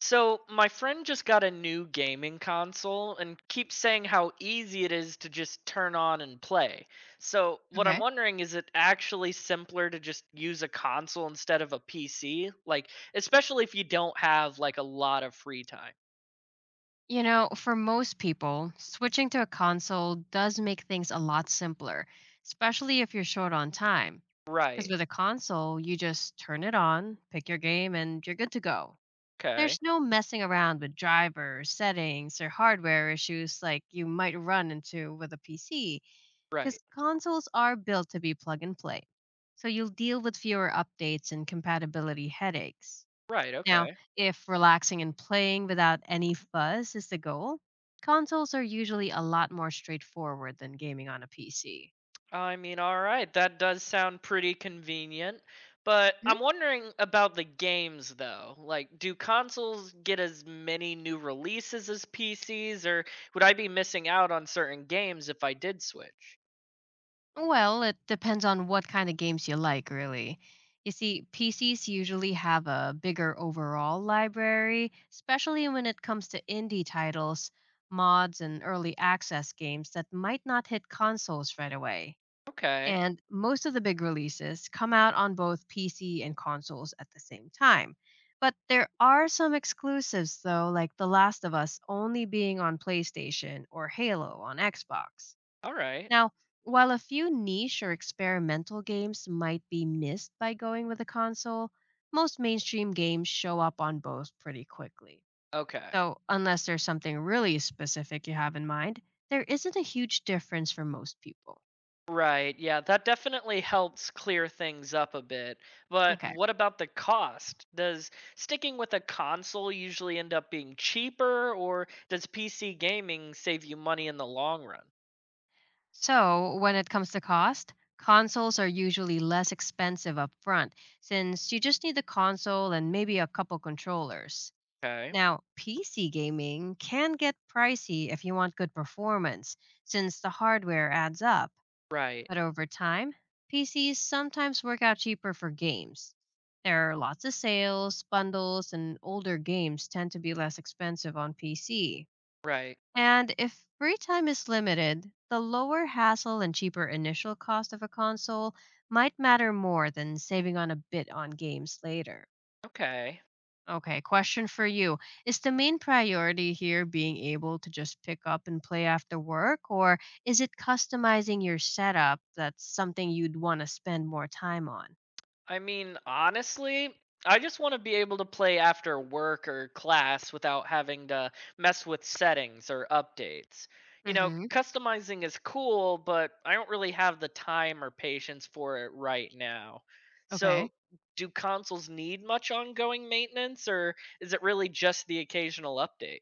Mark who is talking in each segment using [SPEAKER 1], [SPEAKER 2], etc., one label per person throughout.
[SPEAKER 1] So, my friend just got a new gaming console and keeps saying how easy it is to just turn on and play. So, what I'm
[SPEAKER 2] Okay.
[SPEAKER 1] wondering is it actually simpler to just use a console instead of a PC? Especially if you don't have a lot of free time.
[SPEAKER 2] You know, for most people, switching to a console does make things a lot simpler, especially if you're short on time. Because
[SPEAKER 1] Right.
[SPEAKER 2] with a console, you just turn it on, pick your game, and you're good to go.
[SPEAKER 1] Okay.
[SPEAKER 2] There's no messing around with drivers, settings, or hardware issues like you might run into with a PC, because
[SPEAKER 1] Right.
[SPEAKER 2] consoles are built to be plug and play. So you'll deal with fewer updates and compatibility headaches.
[SPEAKER 1] Right.
[SPEAKER 2] Now,
[SPEAKER 1] Okay.
[SPEAKER 2] if relaxing and playing without any fuzz is the goal, consoles are usually a lot more straightforward than gaming on a PC.
[SPEAKER 1] All right, that does sound pretty convenient. But
[SPEAKER 2] Mhm.
[SPEAKER 1] I'm wondering about the games though. Like, do consoles get as many new releases as PCs, or would I be missing out on certain games if I did switch?
[SPEAKER 2] Well, it depends on what kind of games you like, really. You see, PCs usually have a bigger overall library, especially when it comes to indie titles, mods, and early access games that might not hit consoles right away.
[SPEAKER 1] Okay,
[SPEAKER 2] And most of the big releases come out on both PC and consoles at the same time. But there are some exclusives, though, like The Last of Us only being on PlayStation or Halo on Xbox.
[SPEAKER 1] all right,
[SPEAKER 2] Now, while a few niche or experimental games might be missed by going with a console, most mainstream games show up on both pretty quickly.
[SPEAKER 1] okay.
[SPEAKER 2] So, unless there's something really specific you have in mind, there isn't a huge difference for most people.
[SPEAKER 1] Right, yeah, that definitely helps clear things up a bit. But
[SPEAKER 2] Okay.
[SPEAKER 1] what about the cost? Does sticking with a console usually end up being cheaper, or does PC gaming save you money in the long run?
[SPEAKER 2] So, when it comes to cost, consoles are usually less expensive up front since you just need the console and maybe a couple controllers.
[SPEAKER 1] Okay.
[SPEAKER 2] Now, PC gaming can get pricey if you want good performance since the hardware adds up,
[SPEAKER 1] Right.
[SPEAKER 2] but over time, PCs sometimes work out cheaper for games. There are lots of sales, bundles, and older games tend to be less expensive on PC.
[SPEAKER 1] Right.
[SPEAKER 2] And if free time is limited, the lower hassle and cheaper initial cost of a console might matter more than saving on a bit on games later.
[SPEAKER 1] Okay.
[SPEAKER 2] Okay, question for you. Is the main priority here being able to just pick up and play after work, or is it customizing your setup that's something you'd want to spend more time on?
[SPEAKER 1] I mean, honestly, I just want to be able to play after work or class without having to mess with settings or updates.
[SPEAKER 2] Mm hmm.
[SPEAKER 1] Customizing is cool, but I don't really have the time or patience for it right now.
[SPEAKER 2] Okay.
[SPEAKER 1] So, do consoles need much ongoing maintenance or is it really just the occasional update?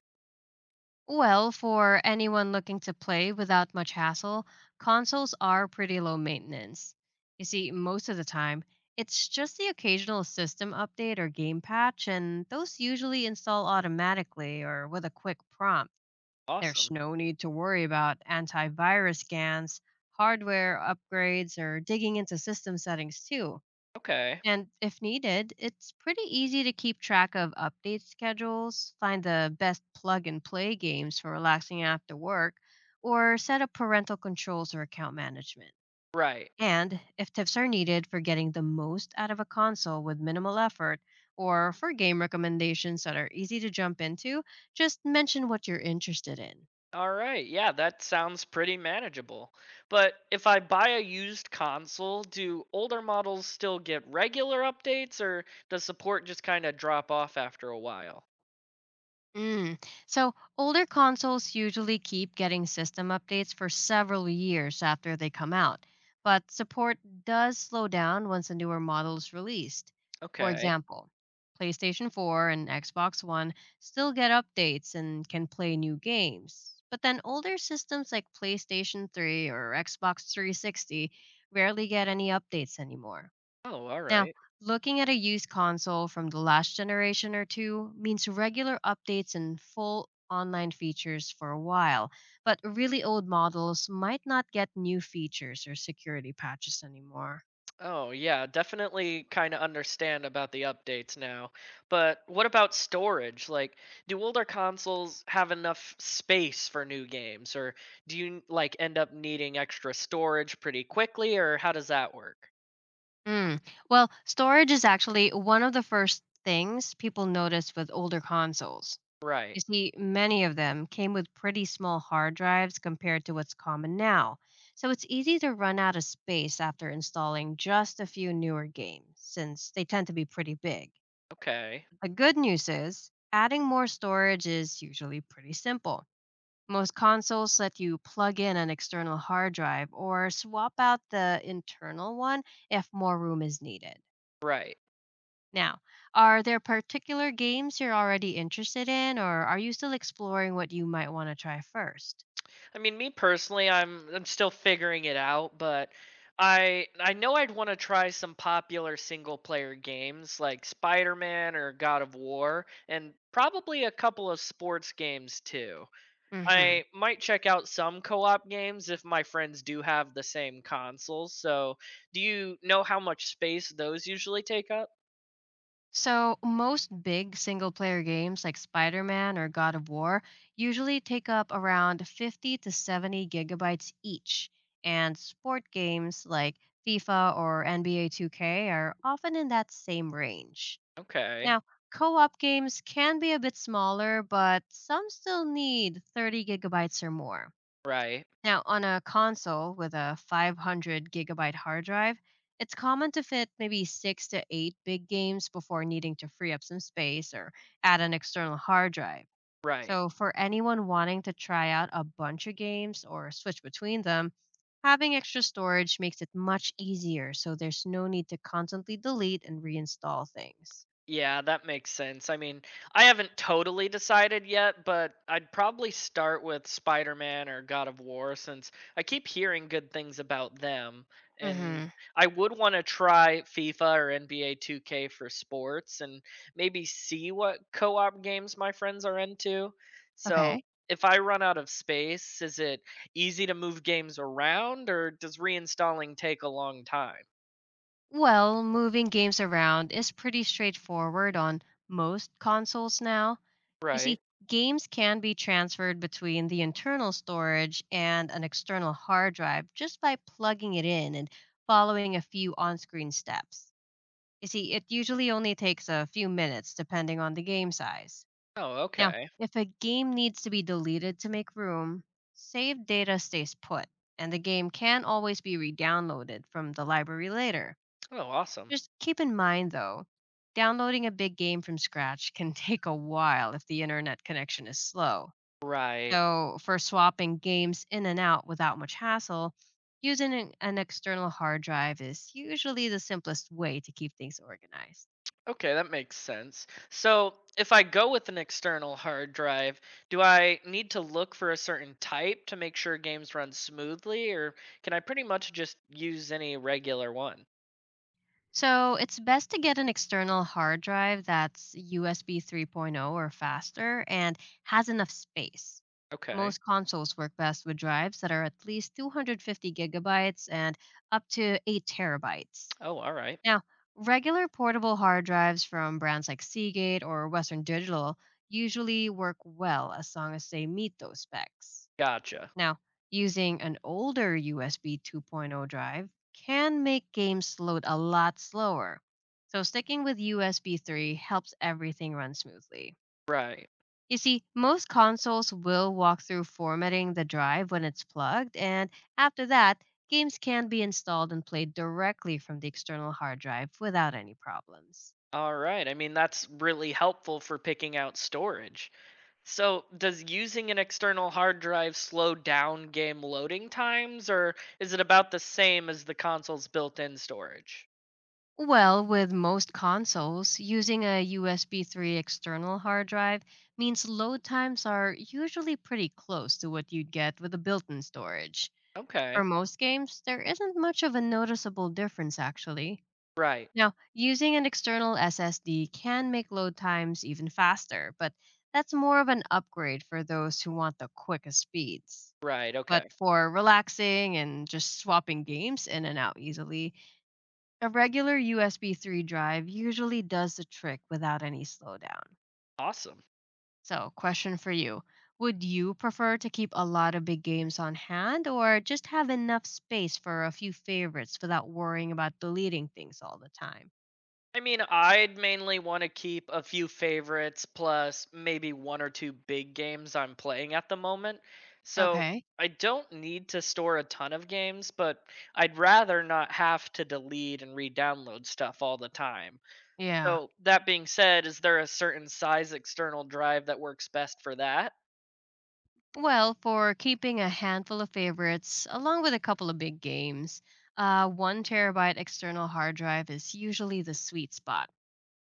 [SPEAKER 2] Well, for anyone looking to play without much hassle, consoles are pretty low maintenance. You see, most of the time, it's just the occasional system update or game patch, and those usually install automatically or with a quick prompt. There's
[SPEAKER 1] Awesome.
[SPEAKER 2] no need to worry about antivirus scans, hardware upgrades, or digging into system settings, too.
[SPEAKER 1] Okay.
[SPEAKER 2] And if needed, it's pretty easy to keep track of update schedules, find the best plug and play games for relaxing after work, or set up parental controls or account management.
[SPEAKER 1] Right.
[SPEAKER 2] And if tips are needed for getting the most out of a console with minimal effort, or for game recommendations that are easy to jump into, just mention what you're interested in.
[SPEAKER 1] All right, yeah, that sounds pretty manageable. But if I buy a used console, do older models still get regular updates or does support just kind of drop off after a while?
[SPEAKER 2] Mm. So, older consoles usually keep getting system updates for several years after they come out, but support does slow down once a newer model is released. For
[SPEAKER 1] Okay.
[SPEAKER 2] example, PlayStation 4 and Xbox One still get updates and can play new games, but then older systems like PlayStation 3 or Xbox 360 rarely get any updates anymore.
[SPEAKER 1] Oh, all
[SPEAKER 2] Now,
[SPEAKER 1] right.
[SPEAKER 2] looking at a used console from the last generation or two means regular updates and full online features for a while, but really old models might not get new features or security patches anymore.
[SPEAKER 1] Oh, yeah, definitely kind of understand about the updates now. But what about storage? Like, do older consoles have enough space for new games or do you end up needing extra storage pretty quickly or how does that work?
[SPEAKER 2] Mm. Well, storage is actually one of the first things people notice with older consoles. You
[SPEAKER 1] Right.
[SPEAKER 2] see, many of them came with pretty small hard drives compared to what's common now, so it's easy to run out of space after installing just a few newer games, since they tend to be pretty big.
[SPEAKER 1] Okay.
[SPEAKER 2] The good news is, adding more storage is usually pretty simple. Most consoles let you plug in an external hard drive or swap out the internal one if more room is needed.
[SPEAKER 1] Right.
[SPEAKER 2] Now, are there particular games you're already interested in, or are you still exploring what you might want to try first?
[SPEAKER 1] Me personally, I'm still figuring it out, but I know I'd want to try some popular single player games like Spider-Man or God of War and probably a couple of sports games too.
[SPEAKER 2] Hmm.
[SPEAKER 1] I might check out some co-op games if my friends do have the same consoles. So, do you know how much space those usually take up?
[SPEAKER 2] So, most big single player games like Spider Man or God of War usually take up around 50 to 70 gigabytes each, and sport games like FIFA or NBA 2K are often in that same range.
[SPEAKER 1] Okay.
[SPEAKER 2] Now, co op games can be a bit smaller, but some still need 30 gigabytes or more.
[SPEAKER 1] Right.
[SPEAKER 2] Now, on a console with a 500 gigabyte hard drive, it's common to fit maybe six to eight big games before needing to free up some space or add an external hard drive.
[SPEAKER 1] Right.
[SPEAKER 2] So, for anyone wanting to try out a bunch of games or switch between them, having extra storage makes it much easier so there's no need to constantly delete and reinstall things.
[SPEAKER 1] Yeah, that makes sense. I haven't totally decided yet, but I'd probably start with Spider Man or God of War since I keep hearing good things about them. And
[SPEAKER 2] Mhm.
[SPEAKER 1] I would want to try FIFA or NBA 2K for sports and maybe see what co op games my friends are into. So
[SPEAKER 2] Okay.
[SPEAKER 1] if I run out of space, is it easy to move games around or does reinstalling take a long time?
[SPEAKER 2] Well, moving games around is pretty straightforward on most consoles now. You
[SPEAKER 1] Right.
[SPEAKER 2] see, games can be transferred between the internal storage and an external hard drive just by plugging it in and following a few on screen steps. You see, it usually only takes a few minutes depending on the game size.
[SPEAKER 1] Oh,
[SPEAKER 2] Now,
[SPEAKER 1] okay.
[SPEAKER 2] if a game needs to be deleted to make room, saved data stays put, and the game can always be re downloaded from the library later.
[SPEAKER 1] Oh, awesome.
[SPEAKER 2] Just keep in mind, though, downloading a big game from scratch can take a while if the internet connection is slow.
[SPEAKER 1] Right.
[SPEAKER 2] So, for swapping games in and out without much hassle, using an external hard drive is usually the simplest way to keep things organized.
[SPEAKER 1] Okay, that makes sense. So, if I go with an external hard drive, do I need to look for a certain type to make sure games run smoothly, or can I pretty much just use any regular one?
[SPEAKER 2] So, it's best to get an external hard drive that's USB 3.0 or faster and has enough space.
[SPEAKER 1] Okay.
[SPEAKER 2] Most consoles work best with drives that are at least 250 gigabytes and up to 8 terabytes.
[SPEAKER 1] Oh, all right.
[SPEAKER 2] Now, regular portable hard drives from brands like Seagate or Western Digital usually work well as long as they meet those specs.
[SPEAKER 1] Gotcha.
[SPEAKER 2] Now, using an older USB 2.0 drive can make games load a lot slower. So, sticking with USB 3 helps everything run smoothly.
[SPEAKER 1] Right.
[SPEAKER 2] You see, most consoles will walk through formatting the drive when it's plugged, and after that, games can be installed and played directly from the external hard drive without any problems.
[SPEAKER 1] All right. That's really helpful for picking out storage. So, does using an external hard drive slow down game loading times, or is it about the same as the console's built in storage?
[SPEAKER 2] Well, with most consoles, using a USB 3 external hard drive means load times are usually pretty close to what you'd get with a built in storage. For
[SPEAKER 1] Okay.
[SPEAKER 2] most games, there isn't much of a noticeable difference actually.
[SPEAKER 1] Right.
[SPEAKER 2] Now, using an external SSD can make load times even faster, but that's more of an upgrade for those who want the quickest speeds.
[SPEAKER 1] Right.
[SPEAKER 2] But
[SPEAKER 1] Okay.
[SPEAKER 2] for relaxing and just swapping games in and out easily, a regular USB 3 drive usually does the trick without any slowdown.
[SPEAKER 1] Awesome.
[SPEAKER 2] So, question for you. Would you prefer to keep a lot of big games on hand or just have enough space for a few favorites without worrying about deleting things all the time?
[SPEAKER 1] I'd mainly want to keep a few favorites plus maybe one or two big games I'm playing at the moment. So
[SPEAKER 2] Okay.
[SPEAKER 1] I don't need to store a ton of games, but I'd rather not have to delete and re download stuff all the time.
[SPEAKER 2] Yeah.
[SPEAKER 1] So, that being said, is there a certain size external drive that works best for that?
[SPEAKER 2] Well, for keeping a handful of favorites, along with a couple of big games, a 1 terabyte external hard drive is usually the sweet spot.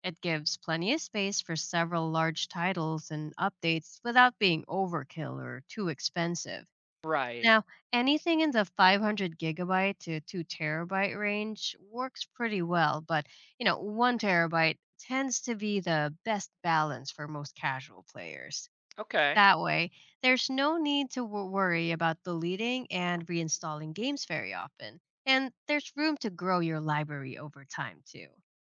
[SPEAKER 2] It gives plenty of space for several large titles and updates without being overkill or too expensive.
[SPEAKER 1] Right.
[SPEAKER 2] Now, anything in the 500 gigabyte to 2 terabyte range works pretty well, but you know, 1 terabyte tends to be the best balance for most casual players.
[SPEAKER 1] Okay.
[SPEAKER 2] That way, there's no need to worry about deleting and reinstalling games very often. And there's room to grow your library over time, too.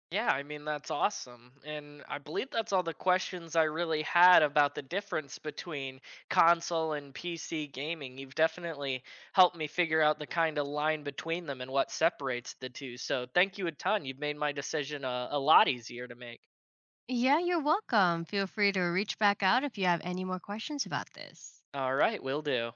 [SPEAKER 1] Yeah, that's awesome. And I believe that's all the questions I really had about the difference between console and PC gaming. You've definitely helped me figure out the kind of line between them and what separates the two. So thank you a ton. You've made my decision a lot easier to make.
[SPEAKER 2] Yeah, you're welcome. Feel free to reach back out if you have any more questions about this.
[SPEAKER 1] All right, will do.